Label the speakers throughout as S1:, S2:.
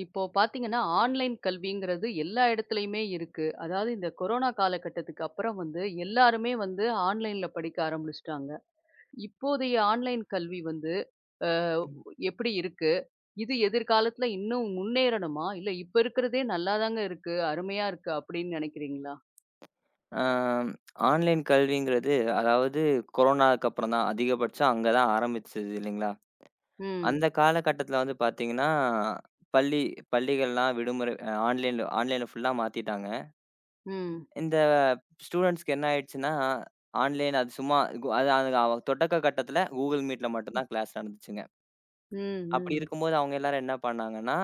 S1: இப்போ பார்த்தீங்கன்னா, ஆன்லைன் கல்விங்கிறது எல்லா இடத்துலயுமே இருக்கு. அதாவது இந்த கொரோனா காலகட்டத்துக்கு அப்புறம் வந்து எல்லாருமே வந்து ஆன்லைன்ல படிக்க ஆரம்பிச்சுட்டாங்க. இப்போதைய ஆன்லைன் கல்வி வந்து அ
S2: ம்.
S1: எப்படி இருக்கு? இது எதிர்காலத்துல இன்னும் முன்னேறணுமா? இல்ல இப்ப இருக்கிறதே நல்லாதாங்க இருக்கு, அருமையா இருக்கு அப்படின்னு நினைக்கிறீங்களா?
S2: ஆ ஆன்லைன் கல்விங்கிறது, அதாவது கொரோனாக்கு அப்புறம் தான் அதிகபட்சம் அங்க தான் ஆரம்பிச்சது இல்லைங்களா?
S1: ம்,
S2: அந்த காலகட்டத்தில வந்து பார்த்தீங்கன்னா, பள்ளி பள்ளிகள்லாம் விடுமுறை ஆன்லைன்ல ஆன்லைன்ல ஃபுல்லா மாத்திட்டாங்க.
S1: ம்,
S2: இந்த ஸ்டூடண்ட்ஸ்க்கு என்ன ஆயிடுச்சுன்னா, ஆன்லைன் அது சும்மா கு- அது அது அவ- தொடக்க கட்டத்தில Google Meetல மட்டும் தான் கிளாஸ் நடந்துச்சுங்க.
S1: ம்,
S2: அப்படி
S1: ம்,
S2: இருக்கும்போது அவங்க எல்லாரும் என்ன பண்ணாங்கன்னா,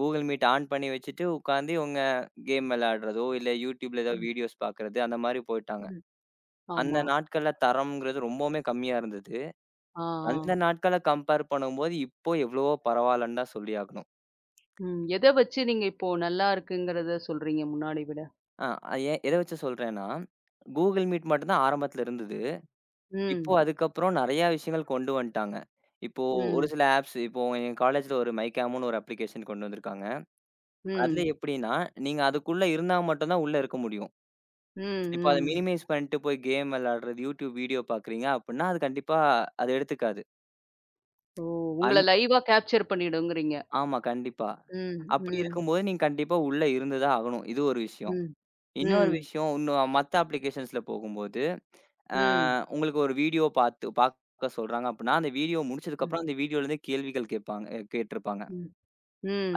S2: Google Meet ஆன் பண்ணி வச்சுட்டு உட்காந்து இவங்க கேம் விளையாடுறதோ, இல்ல YouTubeல ஏதோ
S1: ம்,
S2: வீடியோஸ் பார்க்கறது அந்த மாரி போய்ட்டாங்க.
S1: ம்.
S2: அந்த
S1: ஆமா.
S2: நாட்கள்ல தரம்ங்கிறது ரொம்பவுமே கம்மியா இருந்தது.
S1: ஆ, ஆ.
S2: அந்த நாட்கள கம்பேர் பண்ணும்போது, இப்போ எவ்வளவோ பரவால்லன்னு தான் சொல்லியாகணும்.
S1: ம். எத வச்சு நீங்க இப்போ நல்லா இருக்குங்கிறத சொல்றீங்க முன்னாடி விட?
S2: ஆ அது ஏன் எத வச்சு சொல்றேன்னா, Google Meet மட்டும் தான் ஆரம்பத்துல இருந்தது. இப்போ
S1: ம்,
S2: அதுக்கப்புறம் நெறைய விஷயங்கள் கொண்டு வந்துட்டாங்க. இப்போ ஒரு
S1: ம்,
S2: சில ஆப்ஸ் இப்போ என் காலேஜ்ல ஒரு மைக்காம்ன்னு ஒரு அப்ளிகேஷன் கொண்டு வந்திருக்காங்க. அதுல
S1: ம்.
S2: எப்படின்னா, நீங்க அதுக்குள்ள இருந்தா மட்டும் தான் உள்ள இருக்க முடியும்.
S1: ம்,
S2: இப்போ அத
S1: ம்.
S2: மினிமைஸ் பண்ணிட்டு போய் கேம் விளையாடுறது, YouTube வீடியோ பார்க்குறீங்க அப்படின்னா, அது கண்டிப்பா எடுத்துக்காது.
S1: ஓ! உங்கள
S2: அந்
S1: லைவா கேப்சர் பண்ணிடுங்கிறீங்க.
S2: ஆமா, கண்டிப்பா.
S1: ம்,
S2: அப்படி
S1: ம்,
S2: இருக்கும்போது நீங்க கண்டிப்பா உள்ள இருந்து தான் ஆகணும். இது ஒரு விஷயம்.
S1: ம்,
S2: இன்னொரு
S1: ம்,
S2: விஷயம், இன்னும் மத்த அப்ளிகேஷன்ஸ்ல போகும்போது, அ
S1: ம், ம்,
S2: உங்களுக்கு ஒரு வீடியோ பாத்து பாக்க சொல்றாங்க அப்படின்னா, அந்த வீடியோ
S1: ம்,
S2: முடிச்சதுக்கப்புறம் அந்த வீடியோலருந்து கேள்விகள் கேட்பாங்க, கேட்டிருப்பாங்க.
S1: ம்,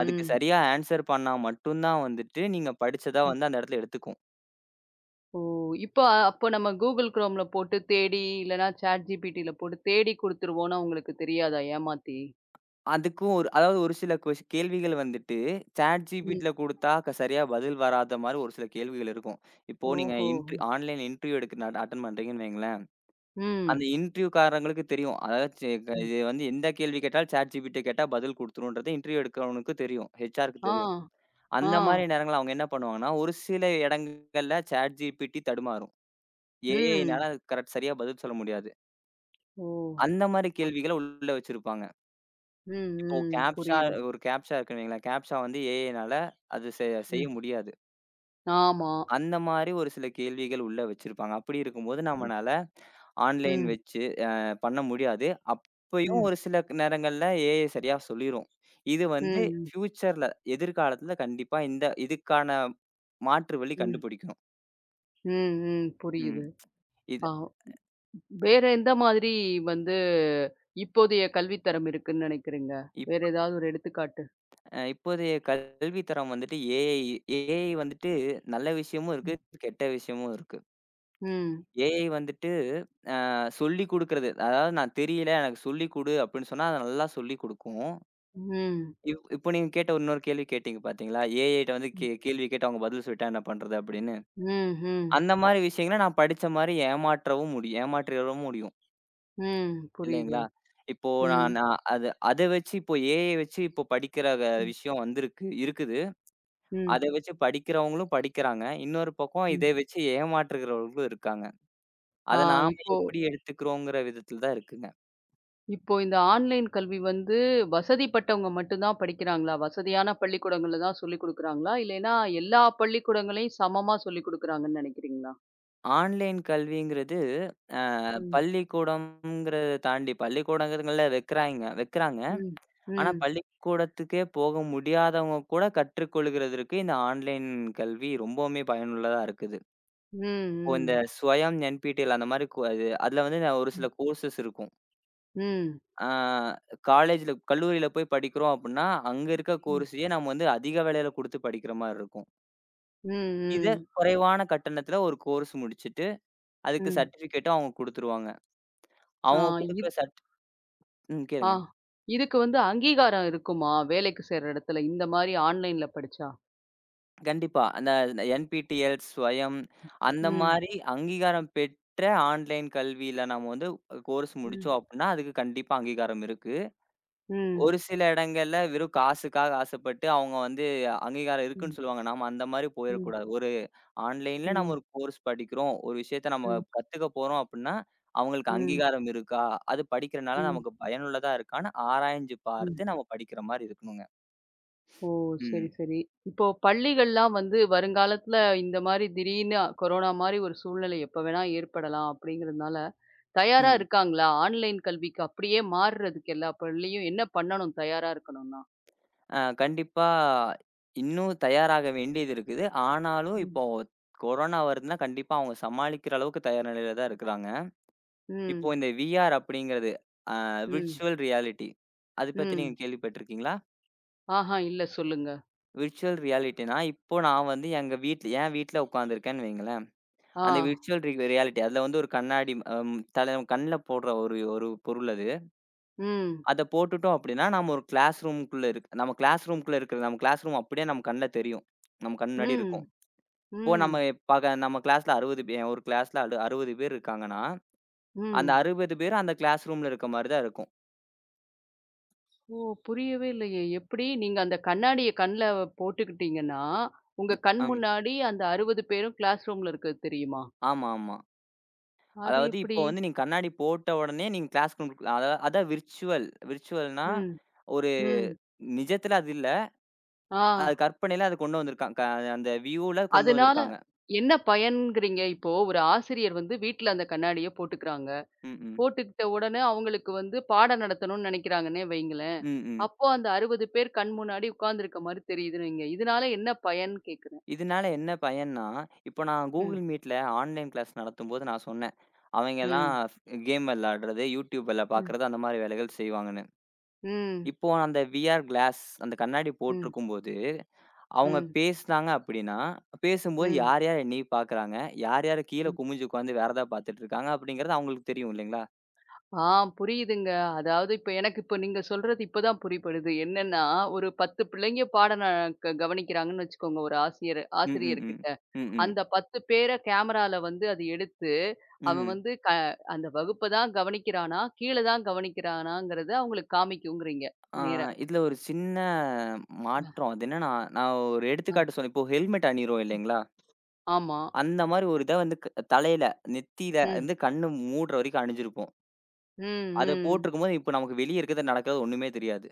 S2: அதுக்கு சரியா ஆன்ஸர் பண்ணா மட்டும் தான் வந்துட்டு, நீங்க படிச்சதா
S1: ம்.
S2: வந்து அந்த இடத்துல எடுத்துக்கும்.
S1: ஓ! இப்போ அப்போ நம்ம Google Chromeல போட்டு தேடி, இல்லன்னா ChatGPTல போட்டு தேடி குடுத்துருவோம்னா உங்களுக்கு தெரியாதா ஏமாத்தி?
S2: அதுக்கும் ஒரு அதாவது ஒரு சில கொஷ் கேள்விகள் வந்துட்டு,
S1: ம்.
S2: சாட்ஜிபிட்டில குடுத்தா சரியா பதில் வராத மாரி ஒரு சில கேள்விகள் இருக்கும். இப்போ நீங்க
S1: ஓஹோ!
S2: ஆன்லைன் இன்டர்வியூ எடுக்க அட்டெண்ட் பண்றீங்கன்னு வைங்களேன்.
S1: ம்,
S2: அந்த இன்டர்வியூக்காரங்களுக்கு தெரியும். அதாவது சே க
S1: ம்.
S2: இது வந்து எந்த கேள்வி கேட்டாலும் ChatGPT கேட்டா பதில் குடுத்துரும்ன்றது இன்டர்வியூ எடுக்கிறவனுக்கு தெரியும். ஹெச்ஆர்க்கு
S1: ஆ,
S2: தெரியும்.
S1: ஆ,
S2: அந்த மாரி நேரங்கள்ல அவங்க என்ன பண்ணுவாங்கன்னா, ஒரு சில இடங்கள்ல ChatGPT தடுமாறும். ஏஐனால
S1: ம்.
S2: அது சரியா பதில் சொல்ல முடியாது.
S1: ஓ!
S2: அந்த மாரி கேள்விகள உள்ள வச்சிருப்பாங்க.
S1: ம்,
S2: இப்போ
S1: ம்.
S2: கேப்ஷா
S1: புரியுது.
S2: ஒரு கேப்ஷா இருக்குன்னு வைங்களேன். கேப்ஷா வந்து ஏஐனால அது செ செய்ய
S1: ம்.
S2: முடியாது.
S1: ஆமா.
S2: அந்த மாரி ஒரு சில கேள்விகள் உள்ள வச்சிருப்பாங்க. அப்படி இருக்கும்போது
S1: ம்,
S2: நம்மனால ஆன்லைன்
S1: ம்,
S2: வச்சு பண்ண முடியாது. அப்பயும்
S1: ம்,
S2: ஒரு சில நேரங்கள்ல ஏஐ சரியா சொல்லிரும். இது வந்து
S1: ம்,
S2: ஃபியூச்சர்ல எதிர்காலத்துல கண்டிப்பா இந்த இதுக்கான மாற்று வழி
S1: ம்,
S2: கண்டுபிடிக்கணும்.
S1: ம், ம்.
S2: ம்.
S1: புரியுது.
S2: இது
S1: ஆ. வேற எந்த மாதிரி வந்து இப்போதைய கல்வித்தரம் இருக்குன்னு நினைக்கிறீங்க? வேற
S2: இப்ப
S1: ஏதாவது ஒரு எடுத்துக்காட்டு?
S2: அ இப்போதைய கல்வி தரம் வந்துட்டு ஏஐ ஏஐ வந்துட்டு நல்ல விஷயமும்
S1: ம்.
S2: இருக்கு, கெட்ட விஷயமும் இருக்கு.
S1: ம்.
S2: ஏஐ வந்துட்டு அ சொல்லிக் குடுக்குறது. அதாவது நான் தெரியல எனக்கு சொல்லிக் குடு அப்படின்னு சொன்னா, அது நல்லா சொல்லிக் குடுக்கும்.
S1: ம்.
S2: இப்போ நீங்க கேட்ட இன்னொரு கேள்வி கேட்டீங்க பார்த்தீங்களா? ஏஐட்ட வந்து கேள்வி கேட்டு அவங்க பதில் சொல்லிட்டா என்ன பண்றது அப்படின்னு?
S1: ம்.
S2: அந்த மாரி விஷயங்கள நான் படிச்ச மாரி ஏமாற்றவும் முடியும். ஏமாற்றிறவும் முடியும்.
S1: ம். புரியுது.
S2: இல்லைங்களா? இப்போ
S1: ம்.
S2: நான் நான் அத வச்சு இப்போ ஏஐ வச்சு இப்போ படிக்கிற
S1: ம்.
S2: விஷயம் இருக்குது.
S1: ம்.
S2: அத வச்சு படிக்கிறவங்களும் படிக்கிறாங்க. இன்னொரு பக்கம்
S1: ம்.
S2: இத வச்சு ஏமாற்றுகிறவர்களும் இருக்காங்க.
S1: ஆ
S2: அத நாம
S1: இப்போ
S2: எப்படி எடுத்துக்கிறோங்கிற விதத்தில தான் இருக்குங்க.
S1: இப்போ இந்த ஆன்லைன் கல்வி வந்து வசதிப்பட்டவங்க மட்டும் தான் படிக்கிறாங்களா? வசதியான பள்ளிக்கூடங்கள்ல தான் சொல்லிக் குடுக்குறாங்களா? இல்லைன்னா எல்லா பள்ளிக்கூடங்களையும் சமமா சொல்லிக் குடுக்குறாங்கன்னு நினைக்கிறீங்களா?
S2: ஆன்லைன் கல்விங்கிறது அ
S1: ம்.
S2: பள்ளிக்கூடம்ங்கிறத தாண்டி பள்ளிக்கூடங்கள்ல வைக்கிறாங்க.
S1: ம்.
S2: ஆனா
S1: ம்.
S2: பள்ளிக்கூடத்துக்கே போக முடியாதவங்க கூட கற்றுக்கொள்கிறதற்கு இந்த ஆன்லைன் கல்வி ரொம்பவுமே பயனுள்ளதா இருக்குது.
S1: ம்.
S2: இப்போ இந்த
S1: ம்.
S2: ஸ்வயம் என்பிடிஎல் அந்த மாரி கு அது அதுல வந்து நான் ஒரு
S1: ம்.
S2: சில கோர்சஸ் இருக்கும்.
S1: ம்.
S2: ஆ கல்லூரியில போய் படிக்கிறோம் அப்புட்ன்னா, அங்க இருக்க
S1: ம்.
S2: கோர்ஸயே நம்ம வந்து அதிக விலையில குடுத்து படிக்கிற மாரி இருக்கும். இத
S1: ம்.
S2: குறைவான கட்டணத்துல ஒரு கோர்ஸ் முடிச்சுட்டு, அதுக்கு
S1: ம்.
S2: சர்டிஃபிகேட்டும் அவங்க குடுத்துருவாங்க.
S1: ஆ
S2: அவங்க குடுக்குற சர்ட் ம்,
S1: ஆ.
S2: கேளுங்க.
S1: இதுக்கு வந்து அங்கீகாரம் இருக்குமா? வேலைக்கு சேர்ற இடத்துல, இந்த மாரி ஆன்லைன்ல படிச்சா?
S2: கண்டிப்பா. அந்த என்பிடிஎல், ஸ்வயம் அந்த
S1: ம்.
S2: மாரி அங்கீகாரம் பெற்ற ஆன்லைன் கல்வியில நம்ம வந்து கோர்ஸ்
S1: ம்.
S2: முடிச்சோம் அப்டின்னா, அதுக்கு கண்டிப்பா அங்கீகாரம் இருக்கு.
S1: ம்.
S2: ஒரு சில இடங்கள்ல வெறும் காசுக்காக ஆசைப்பட்டு அவங்க வந்து அங்கீகாரம்
S1: ம்.
S2: இருக்குன்னு சொல்லுவாங்க. நாம அந்த மாரி
S1: ம்.
S2: போயிறக்கூடாது. ஒரு ஆன்லைன்ல நம்ம
S1: ம்.
S2: ஒரு கோர்ஸ் படிக்கிறோம். ஒரு விஷயத்த நம்ம
S1: ம்.
S2: கத்துக்க போறோம் அப்டின்னா, அவங்களுக்கு
S1: ம்.
S2: அங்கீகாரம் இருக்கா? அது படிக்கிறனால
S1: ம்.
S2: நமக்கு பயனுள்ளதா இருக்கான்னு ஆராய்ஞ்சு
S1: ம்.
S2: பார்த்து நம்ம படிக்கிற மாரி இருக்கணுங்க.
S1: ஓ! சரி,
S2: ம்.
S1: சரி. இப்போ பள்ளிகள்லாம் வந்து வருங்காலத்துல இந்த மாரி திடீர்னு கொரோனா மாரி ஒரு சூழ்நிலை எப்ப வேணா ஏற்படலாம் அப்படிங்கிறதுனால, தயாரா
S2: ம்.
S1: இருக்காங்களா? ஆன்லைன் கல்விக்கு அப்படியே மாறுறதுக்கு எல்லா பள்ளியும் என்ன பண்ணணும் தயாரா இருக்கணும்னா?
S2: அ கண்டிப்பா இன்னும் தயாராக வேண்டியது இருக்குது. ஆனாலும்
S1: ம்.
S2: இப்போ கொரோனா வருதுன்னா, கண்டிப்பா அவங்க சமாளிக்கிற அளவுக்கு தயார் நிலையில தான் இருக்கிறாங்க. இப்போ
S1: ம்.
S2: இந்த விஆர் அப்படிங்கிறது அ
S1: ம்.
S2: Virtual reality. அது பத்தி
S1: ம்.
S2: நீங்க கேள்விப்பட்டுருக்கீங்களா?
S1: ஆஹா, இல்ல சொல்லுங்க.
S2: விர்ச்சுவல் ரியாலிட்டினா, இப்போ நான் வந்து எங்க வீட்ல என் வீட்ல உட்காந்துருக்கேன்னு வைங்களேன்.
S1: ஆ.
S2: அந்த விர்ச்சுவல் ரியாலிட்டி அதுல வந்து ஒரு கண்ணாடி அம் தல கண்ல போடுற ஒரு ஒரு பொருள் அது.
S1: ம்.
S2: அத போட்டுட்டோம் அப்படின்னா, நம்ம ஒரு கிளாஸ் ரூம்க்குள்ள இருக் நம்ம கிளாஸ் ரூம்க்குள்ள இருக்கிற நம்ம கிளாஸ் ரூம் அப்படியே நம்ம கண்ல தெரியும். நம்ம கண் முன்னாடி
S1: ம்.
S2: இருக்கும். இப்போ நம்ம
S1: ம்.
S2: பக நம்ம கிளாஸ்ல 60 பே ஒரு கிளாஸ்ல 60 பேர் இருக்காங்கன்னா, அந்த
S1: ம்.
S2: 60 பேரும் அந்த கிளாஸ் ரூம்ல இருக்க மாரி தான் இருக்கும்.
S1: ஓ! புரியவே இல்லையே! எப்படி நீங்க அந்த கண்ணாடிய கண்ல போட்டுக்கிட்டீங்கன்னா, உங்க
S2: ம்.
S1: கண்
S2: அம்.
S1: முன்னாடி அந்த 60 பேரும் கிளாஸ் ரூம்ல இருக்கிறது தெரியுமா?
S2: ஆமா, ஆமா.
S1: அது
S2: அதாவது
S1: எப்படி?
S2: இப்போ வந்து நீங்க கண்ணாடி போட்ட உடனே நீங்க கிளாஸ் ரூம்க்கு அதா அதான் விர்ச்சுவல். விர்ச்சுவல்னா
S1: ம்.
S2: ஒரு
S1: ம்.
S2: நிஜத்துல அது இல்ல.
S1: ஆ.
S2: அது கற்பனையில அது கொண்டு வந்திருக்காங்க. அந்த வியூல கொண்டு
S1: அதனால
S2: வந்திருக்காங்க.
S1: என்ன பயன்கிறீங்க? இப்போ ஒரு ஆசிரியர் வந்து வீட்ல அந்த கண்ணாடிய போட்டுக்கிறாங்க.
S2: ம். ம்.
S1: போட்டுக்கிட்ட உடனே அவங்களுக்கு வந்து பாடம் நடத்தணும்னு நினைக்கிறாங்கன்னே வைங்களேன்.
S2: ம். ம்.
S1: அப்போ அந்த 60 பேர் கண் முன்னாடி உட்கார்ந்திருக்க மாரி தெரியுதுன்னு வைங்க. இதனால என்ன பயன் கேட்கிறேன்?
S2: இதனால என்ன பயன்னா, இப்போ நான்
S1: ம்.
S2: Google Meetல ஆன்லைன் கிளாஸ் நடத்தும்போது நான் சொன்னேன்.
S1: ம்.
S2: அவங்கலாம் கேம் விளையாடுறது, YouTubeல
S1: ம்.
S2: பார்க்குறது அந்த மாரி வேலைகள் செய்வாங்கன்னு.
S1: ம்.
S2: இப்போ அந்த விஆர் கிளாஸ் அந்த கண்ணாடி
S1: ம்.
S2: போட்டிருக்கும்போது, அவங்க
S1: ம்.
S2: பேசினாங்க அப்படின்னா, பேசும்போது
S1: ம்.
S2: யார் யார் என்னைய பார்க்குறாங்க, யார் யார் கீழ
S1: ம்.
S2: குமிஞ்சு உட்கார்ந்து வேற எதா பார்த்துட்டு இருக்காங்க அப்படிங்கிறது அவங்களுக்கு தெரியும் இல்லைங்களா?
S1: ஆ புரியுதுங்க. அதாவது இப்ப எனக்கு இப்ப நீங்க சொல்றது இப்பதான் புரியப்படுது. என்னன்னா, ஒரு 10 பிள்ளைங்க பாடம் ந க கவனிக்கிறாங்கன்னு வச்சுக்கோங்க, ஒரு ஆசிரியர்
S2: ம், ம்,
S1: ஆசிரியர்கிட்ட.
S2: ம். ம், ம்.
S1: அந்த 10 பேர கேமரால வந்து அது எடுத்து, அவன்
S2: ம்.
S1: வந்து அந்த வகுப்ப தான் கவனிக்கிறானா, கீழ தான் கவனிக்கிறானாங்கிறத அவங்களுக்கு காமிக்குங்கிறீங்க.
S2: ஆ
S1: நேரா.
S2: இதுல ஒரு சின்ன
S1: அ,
S2: மாற்றம். அது என்னன்னா, நான் ஒரு
S1: அ.
S2: எடுத்துக்காட்டு சொன்னேன். இப்போ ஹெல்மெட் அணியிறோம் இல்லைங்களா?
S1: ஆமா.
S2: அந்த மாரி ஒரு இத வந்து தலையில, நெத்தியில
S1: ம்.
S2: வந்து கண்ணு மூடுற வரைக்கும் அணிஞ்சிருப்போம்.
S1: ம்,
S2: அத
S1: ம்.
S2: போட்டிருக்கும்போது, இப்போ நமக்கு வெளிய இருக்கிறது நடக்கிறது ஒண்ணுமே தெரியாது.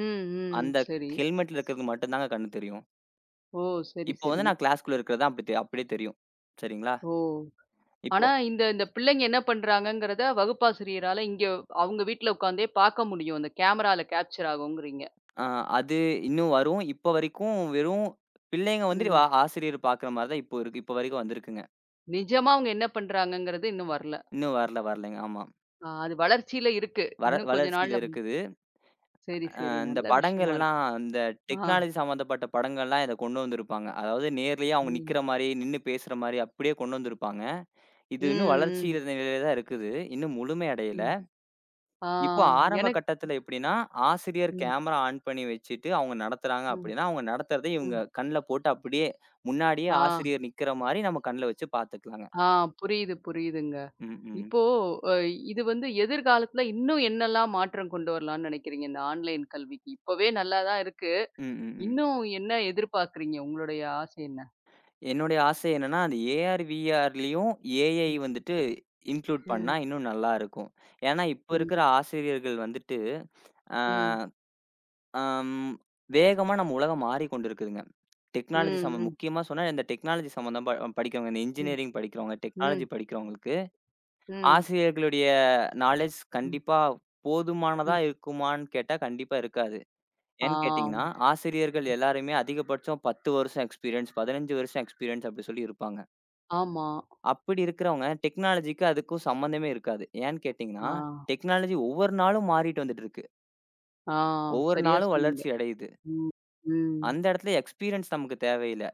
S1: ம், ம்.
S2: அந்த
S1: சரி.
S2: ஹெல்மெட்ல இருக்கிறது மட்டும் தாங்க கண்ணு தெரியும்.
S1: ஓ! சரி,
S2: இப்போ
S1: சரி.
S2: வந்து நான் கிளாஸ்க்குள்ள இருக்கிறது தான் அப்படியே தெரியும். சரிங்களா?
S1: ஓ!
S2: இப்போ
S1: ஆனா, இந்த இந்த பிள்ளைங்க என்ன பண்றாங்கங்கிறத வகுப்பாசிரியரால இங்க அவங்க வீட்ல உட்காந்தே பார்க்க முடியும். அந்த கேமரால கேப்சர் ஆகுங்கிறீங்க.
S2: அ அது இன்னும் வரும். இப்போ வரைக்கும் வெறும் பிள்ளைங்க வந்து
S1: ம்.
S2: ஆசிரியர் பார்க்குற மாரி தான் இப்போ இருக்கு. இப்போ வரைக்கும் வந்திருக்குங்க.
S1: நிஜமா அவங்க என்ன பண்றாங்கங்கிறது இன்னும் வரல.
S2: இன்னும் வரல வரலைங்க. ஆமா.
S1: ஆ அது வளர்ச்சியில இருக்கு. இன்னும் கொஞ்ச நாள்ல
S2: வளர்ச்சியில இருக்குது.
S1: சரி, சரி.
S2: இந்த
S1: நல்ல
S2: படங்கள்
S1: விஷயமா
S2: எல்லாம்
S1: இருக்கு.
S2: இந்த
S1: ஆ.
S2: டெக்னாலஜி சம்மந்தப்பட்ட படங்கள்லாம் இத கொண்டு வந்திருப்பாங்க. அதாவது நேர்லயே அவங்க
S1: ம்.
S2: நிக்கிற மாரி, நின்னு பேசுற மாரி அப்படியே கொண்டு வந்திருப்பாங்க. இது
S1: ம்,
S2: இன்னும்
S1: ம்,
S2: வளர்ச்சியில நிலையில தான் இருக்குது. இன்னும் முழுமை அடையல.
S1: ம். ஆ
S2: இப்போ ஆரம்ப
S1: எனக்கு
S2: கட்டத்துல எப்படின்னா, ஆசிரியர்
S1: ம்,
S2: கேமரா ஆன் பண்ணி வச்சுட்டு அவங்க நடத்துறாங்க
S1: ம்,
S2: அப்படின்னா, அவங்க நடத்துறத இவங்க
S1: ம்.
S2: கண்ல போட்டு அப்படியே முன்னாடியே
S1: ஆ,
S2: ஆசிரியர் நிக்கிற மாரி நம்ம கண்ல வச்சு பாத்துக்கலாங்க.
S1: ஆ புரியுது, புரியுதுங்க.
S2: ம், ம்.
S1: இப்போ அ இது வந்து எதிர்காலத்துல இன்னும் என்னெல்லாம் மாற்றம் கொண்டு வரலான்னு நினைக்கிறீங்க? இந்த ஆன்லைன் கல்விக்கு? இப்பவே நல்லா தான் இருக்கு.
S2: ம், ம், ம்.
S1: இன்னும் என்ன எதிர்பார்க்குறீங்க? உங்களுடைய ஆசை என்ன?
S2: என்னுடைய ஆசை என்னன்னா, அந்த ஏஆர், விஆர்லயும் ஏஐ
S1: ம்.
S2: வந்துட்டு இன்க்ளூட்
S1: ம்.
S2: பண்ணா இன்னும் நல்லா இருக்கும். ஏன்னா, இப்ப
S1: ம்.
S2: இருக்கிற ஆசிரியர்கள் வந்துட்டு, ஆ,
S1: ம்.
S2: அம் வேகமா நம்ம உலகம் மாறிக்கொண்டிருக்குதுங்க.
S1: ம்.
S2: டெக்னாலஜி
S1: ம்.
S2: முக்கியமா சொன்னா இந்த டெக்னாலஜி சம்மந்தமா படிக்கிறவங்க, இந்த
S1: ம்.
S2: இன்ஜினியரிங் படிக்கிறவங்க,
S1: ம்.
S2: டெக்னாலஜி படிக்கிறவங்களுக்கு
S1: ம்.
S2: ஆசிரியர்களுடைய நாலேட்ஜ்
S1: ம்.
S2: கண்டிப்பா
S1: ம்.
S2: போதுமானதா இருக்குமான்னு கேட்டா, கண்டிப்பா இருக்காது.
S1: ஆ.
S2: ஏன்னு கேட்டீங்கன்னா, ஆசிரியர்கள் எல்லாருமே அதிகபட்சம் 10 வருஷம் எக்ஸ்பீரியன்ஸ், 15 வருஷம் எக்ஸ்பீரியன்ஸ் அப்படி சொல்லி இருப்பாங்க.
S1: ஆமா.
S2: அப்படி இருக்கிறவங்க டெக்னாலஜிக்கு அதுக்கும் சம்மந்தமே இருக்காது. ஏன்னு கேட்டீங்கன்னா,
S1: ஆ.
S2: டெக்னாலஜி ஒவ்வொரு நாளும் மாறிட்டு வந்துட்டு இருக்கு.
S1: ஆ.
S2: ஒவ்வொரு
S1: சரியா
S2: நாளும்
S1: சொன்னீங்க.
S2: வளர்ச்சி அடையுது.
S1: ம். ம்.
S2: அந்த இடத்துல எக்ஸ்பீரியன்ஸ் நமக்கு தேவையில்ல.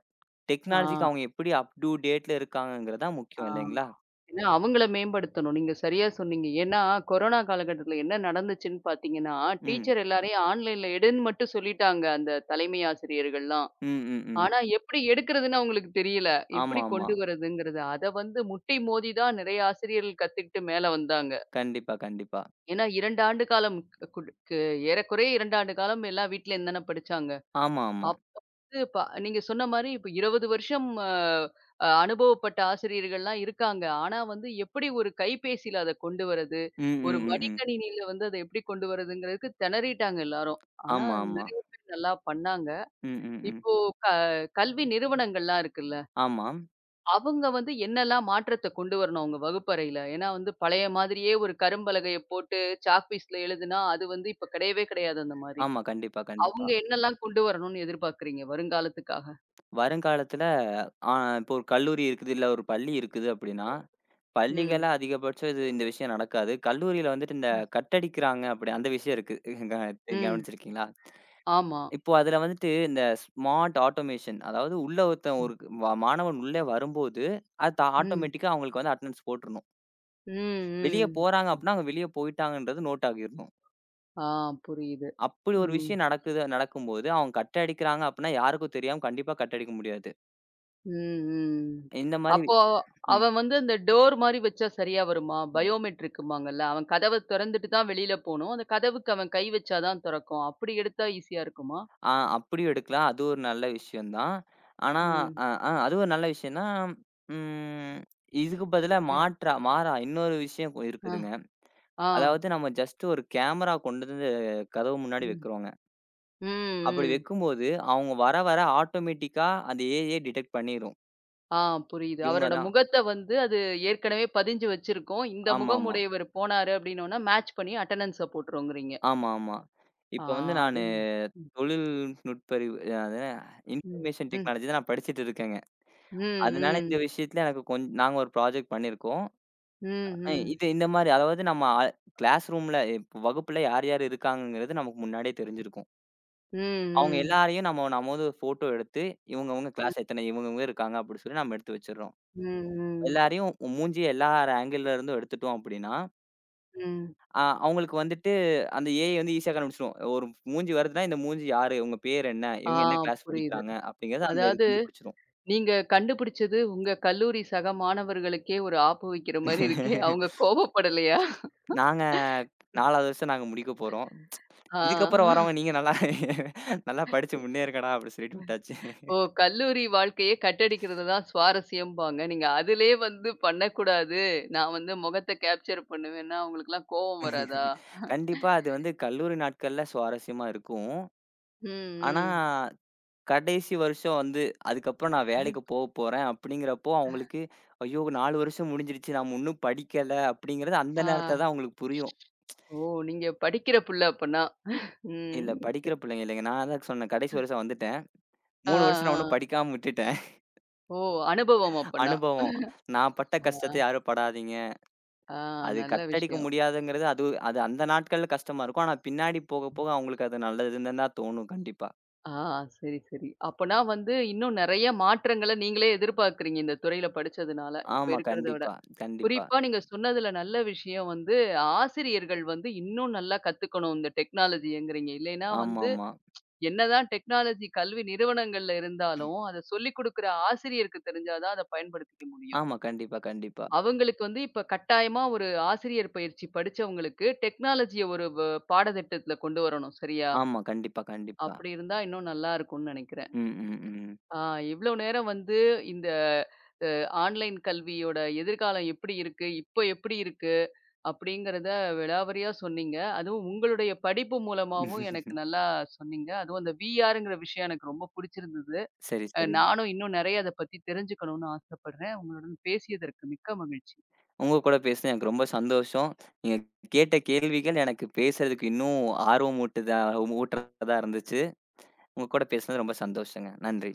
S2: டெக்னாலஜிக்கு அவங்க
S1: ஆ.
S2: எப்படி அப் டூ டேட்ல இருக்காங்கங்கிறது தான்
S1: ஆ.
S2: முக்கியம் இல்லைங்களா?
S1: ஏன்னா அவங்கள மேம்படுத்தணும். நீங்க சரியா சொன்னீங்க. ஏன்னா கொரோனா காலகட்டத்தில என்ன நடந்துச்சுன்னு பார்த்தீங்கன்னா,
S2: ம்.
S1: டீச்சர் எல்லாரையும் ஆன்லைன்ல எடுன்னு மட்டும் சொல்லிட்டாங்க அந்த தலைமை ஆசிரியர்கள்லாம்.
S2: ம், ம், ம்.
S1: ஆனா எப்படி எடுக்கிறதுன்னு அவங்களுக்கு தெரியல. எப்படி
S2: ஆமாமா.
S1: கொண்டு வரதுங்கிறது. அத வந்து முட்டி மோதி தான் நிறைய ஆசிரியர்கள் கத்துக்கிட்டு மேல வந்தாங்க.
S2: கண்டிப்பா, கண்டிப்பா.
S1: ஏன்னா 2 ஆண்டு காலம் ஏறக்குறைய 2 ஆண்டு காலம் எல்லாம் வீட்லேருந்து தானே படிச்சாங்க.
S2: ஆமாமா.
S1: அப்ப வந்து நீங்க சொன்ன மாரி இப்ப 20 வருஷம் அ அ அனுபவப்பட்ட ஆசிரியர்கள்லாம் இருக்காங்க. ஆனா வந்து எப்படி ஒரு கைபேசியில அத கொண்டு வரது,
S2: ம்,
S1: ஒரு
S2: ம், ம், ம்.
S1: மடிக்கணினியில வந்து அத எப்படி கொண்டு வரதுங்கிறதுக்கு திணறிட்டாங்க எல்லாரும். ஆனா
S2: ஆமா, ஆமா.
S1: நிறைய பேர் நல்லா பண்ணாங்க.
S2: ம், ம், ம்.
S1: இப்போ க கல்வி நிறுவனங்கள்லாம் இருக்குல்ல.
S2: ஆமா.
S1: அவங்க வந்து என்னெல்லாம் மாற்றத்த கொண்டு வரணும் அவங்க வகுப்பறையில? ஏன்னா வந்து பழைய மாதிரியே ஒரு கரும்பலகைய போட்டு சாக் பீஸ்ல எழுதுனா, அது வந்து இப்ப கிடையவே கிடையாது அந்த மாரி.
S2: ஆமா. கண்டிப்பா, கண்டிப்பா.
S1: அவங்க என்னெல்லாம் கொண்டு வரணும்னு எதிர்பார்க்கிறீங்க வருங்காலத்துக்காக?
S2: வருங்காலத்துல ஆ இப்போ ஒரு கல்லூரி இருக்குது, இல்ல ஒரு பள்ளி இருக்குது அப்படின்னா,
S1: ம்.
S2: பள்ளிகள்ல அதிகபட்சம் இது இந்த விஷயம் நடக்காது. கல்லூரியில வந்துட்டு இந்த
S1: ம்.
S2: கட் அடிக்கிறாங்க அப்படி அந்த விஷயம் இருக்கு. க
S1: ம்.
S2: கவனிச்சிருக்கீங்களா?
S1: ஆமா.
S2: இப்போ அதுல வந்துட்டு இந்த ஸ்மார்ட் ஆட்டோமேஷன் அதாவது உள்ள ஒருத்தன்
S1: ம்.
S2: ஒரு வ மாணவன் உள்ளே வரும்போது, அது
S1: ம்.
S2: ஆட்டோமேட்டிக்கா அவங்களுக்கு வந்து அட்டெண்டன்ஸ் போட்டுறணும்.
S1: ம்.
S2: வெளிய
S1: ம்.
S2: போறாங்க அப்படின்னா, அவங்க வெளிய போயிட்டாங்கன்றது நோட் ஆகிரணும்.
S1: ஆ புரியுது.
S2: அப்படி ஒரு
S1: ம்.
S2: விஷயம் நடக்கும்போது, அவங்க கட் அடிக்கிறாங்க அப்படீன்னா, யாருக்கும் தெரியாம கண்டிப்பா கட் அடிக்க முடியாது.
S1: ம். ம்.
S2: இந்த மாரி
S1: அப்போ
S2: ம்.
S1: அவன் வந்து அந்த டோர் மாரி வச்சா சரியா வருமா?
S2: ம்.
S1: பயோமெட்ரிக்கும்பாங்கல்ல. அவன் கதவ தொறந்துட்டு தான் வெளியில போணும். அந்த கதவுக்கு அவன் கை வச்சா தான் தொறக்கும். அப்படி எடுத்தா ஈஸியா இருக்குமா?
S2: ஆ அப்படியும் எடுக்கலாம். அது ஒரு நல்ல விஷயம் தான். ஆனா
S1: ம்.
S2: அ ஆ அது ஒரு நல்ல விஷயம் தான். ம் இதுக்கு பதிலா
S1: போய்
S2: மாறா இன்னொரு விஷயம்
S1: ஆ,
S2: இருக்குதுங்க.
S1: ஆ.
S2: அதாவது நம்ம ஜஸ்ட் ஒரு கேமரா கொண்டு வந்து கதவு முன்னாடி
S1: ம்.
S2: வைக்கிறோங்க.
S1: ம்,
S2: அப்படி
S1: ம்.
S2: வைக்கும்போது, அவங்க வர வர ஆட்டோமேட்டிக்கா அந்த ஏஐ டிடெக்ட் பண்ணிரும்.
S1: ஆ புரியுது.
S2: இவங்க
S1: அவரோட
S2: தான்
S1: முகத்த வந்து அது ஏற்கனவே பதிஞ்சு வச்சிருக்கும். இந்த முகம்
S2: ஆமாமா.
S1: உடையவர் போனாரு அப்படின்னோன, மேட்ச் பண்ணி அட்டெண்டன்ஸ போட்டுருவோங்கிறீங்க.
S2: ஆமா, ஆமா.
S1: ஆ
S2: இப்ப வந்து
S1: அது
S2: நானு
S1: ம்,
S2: தொழில்நுட்பறிவு அது என்ன
S1: ம்,
S2: இன்ஃபர்மேஷன்
S1: ம்,
S2: டெக்னாலஜி தான் நான் படிச்சுட்டு இருக்கேங்க.
S1: ம்,
S2: அதனால இந்த
S1: ம்,
S2: விஷயத்துல எனக்கு நாங்க ஒரு ப்ராஜெக்ட் பண்ணியிருக்கோம்.
S1: ம், ம்,
S2: இது இந்த மாரி அதாவது நம்ம அ கிளாஸ் ரூம்ல இப்ப வகுப்புல யார் யார் இருக்காங்கங்கிறது நமக்கு முன்னாடியே தெரிஞ்சிருக்கும்.
S1: ம்,
S2: அவங்க
S1: ம்,
S2: எல்லாரையும் நம்ம நம்ம வந்து ஃபோட்டோ எடுத்து இவங்கவங்க
S1: ம்,
S2: கிளாஸ் எத்தனை இவங்கவங்க இருக்காங்க அப்படின்னு சொல்லி நம்ம எடுத்து வச்சுடுறோம்.
S1: ம், ம்,
S2: எல்லாரையும் மூஞ்சிய எல்லா ஆங்கிள்ல இருந்தும் எடுத்துட்டோம் அப்படின்னா
S1: ம்.
S2: அவங்களுக்கு வந்துட்டு அந்த ஏஐ வந்து ஈஸியா கண்டுபிடிச்சுரும். ஒரு மூஞ்சி வருதுன்னா, இந்த மூஞ்சி யாரு? உங்க பேர் என்ன?
S1: ஆ
S2: இவங்க என்ன கிளாஸ்
S1: புரியுது.
S2: படிக்கிறாங்க? அப்படிங்கிறத அந்த இது
S1: அதாவது
S2: கண்டுபிடிச்சுரும்.
S1: நீங்க கண்டுபிடிச்சது உங்க கல்லூரி சக மாணவர்களுக்கே ஒரு ஆப்பு வைக்கிற மாரி இருக்கே! அவங்க கோபப்படலையா?
S2: நாங்க 4வது வருஷம் நாங்க முடிக்க போறோம்.
S1: ஆ.
S2: இதுக்கப்புறம் வரவங்க நீங்க நல்லா நல்லா படிச்சு முன்னேறுங்கடா அப்படின்னு சொல்லிட்டு விட்டாச்சு.
S1: ஓ! கல்லூரி வாழ்க்கையே கட் அடிக்கிறது தான் சுவாரஸ்யம்பாங்க. நீங்க அதிலயே வந்து பண்ணக்கூடாது. நான் வந்து முகத்த கேப்சர் பண்ணுவேன்னா, உங்களுக்கெல்லாம் கோவம் வராதா?
S2: கண்டிப்பா அது வந்து கல்லூரி நாட்கள்ல சுவாரஸ்யமா இருக்கும்.
S1: ம்,
S2: ஆனா
S1: ம்.
S2: கடைசி வருஷம் வந்து, அதுக்கப்புறம் நான்
S1: ம்.
S2: வேலைக்கு போறேன் அப்படிங்கிறப்போ, அவங்களுக்கு ஐயோ! 4 வருஷம் முடிஞ்சிருச்சு. நம்ம இன்னும் படிக்கல அப்படிங்கிறது அந்த
S1: ஆ.
S2: நேரத்துல தான் அவங்களுக்கு புரியும்.
S1: ஓ! நீங்க படிக்கிற புள்ள அப்பன்னா. ம்.
S2: இல்ல படிக்கிற பிள்ளைங்க இல்லைங்க. நான் அதான் சொன்னேன் கடைசி வருஷம் வந்துட்டேன்.
S1: ஆ,
S2: 3 வருஷம் நான்
S1: ஆ.
S2: ஒன்னும் படிக்காம விட்டுட்டேன்.
S1: ஓ! அனுபவம் அப்பன்னா.
S2: அனுபவம். நான் பட்ட
S1: ஆ,
S2: கஷ்டத்த யாரும் படாதீங்க.
S1: ஆ
S2: அது
S1: நல்ல
S2: கட்டடிக்க
S1: விஷயம்.
S2: முடியாதுங்கிறது அது அது அந்த நாட்கள்ல கஷ்டமா இருக்கும். ஆனா பின்னாடி போக போக அவங்களுக்கு அது நல்லதுன்னு தான் தோணும் கண்டிப்பா.
S1: ஆ சரி, சரி. அப்பன்னா வந்து இன்னும் நெறைய மாற்றங்கள நீங்களே எதிர்பார்க்கிறீங்க இந்த துறையில படிச்சதுனால, இப்ப
S2: ஆமா.
S1: இருக்கிறத விட.
S2: கண்டிப்பா, கண்டிப்பா.
S1: குறிப்பா நீங்க சொன்னதுல நல்ல விஷயம் வந்து, ஆசிரியர்கள் வந்து இன்னும் நல்லா கத்துக்கணும் இந்த டெக்னாலஜிங்கிறீங்க. இல்லைன்னா
S2: ஆமாமா.
S1: வந்து
S2: ஆமா.
S1: என்னதான் டெக்னாலஜி கல்வி நிறுவனங்கள்ல இருந்தாலும், அத சொல்லிக் குடுக்குற ஆசிரியருக்கு தெரிஞ்சா தான் அத பயன்படுத்திக்க முடியும்.
S2: ஆமா, கண்டிப்பா, கண்டிப்பா.
S1: அவங்களுக்கு வந்து இப்ப கட்டாயமா ஒரு ஆசிரியர் பயிற்சி படிச்சவங்களுக்கு டெக்னாலஜிய ஒரு வ பாடத்திட்டத்துல கொண்டு வரணும். சரியா?
S2: ஆமா. கண்டிப்பா, கண்டிப்பா.
S1: அப்படி இருந்தா இன்னும் நல்லா இருக்கும்னு நெனைக்கிறேன்.
S2: ம். ம், ம்.
S1: ஆ இவ்ளோ நேரம் வந்து இந்த அ ஆன்லைன் கல்வியோட எதிர்காலம் எப்படி இருக்கு? இப்ப எப்படி இருக்கு? அப்படிங்கிறத விலாவரியா சொன்னீங்க. அதுவும் உங்களுடைய படிப்பு மூலமாவும் எனக்கு நல்லா சொன்னீங்க. அதுவும் அந்த விஆர்ங்கிற விஷயம் எனக்கு ரொம்ப பிடிச்சிருந்தது.
S2: சரி, சரி.
S1: நானும் இன்னும் நெறைய அத பத்தி தெரிஞ்சுக்கணும்னு ஆசைப்படுறேன். உங்களுடன் பேசியதற்கு மிக்க மகிழ்ச்சி.
S2: உங்க கூட பேசுனது எனக்கு ரொம்ப சந்தோஷம். நீங்க கேட்ட கேள்விகள் எனக்கு பேசுறதுக்கு இன்னும் ஆர்வம் ஊட்டுதா ஊட்டுறதா இருந்துச்சு. உங்க கூட பேசுனது ரொம்ப சந்தோஷங்க. நன்றி.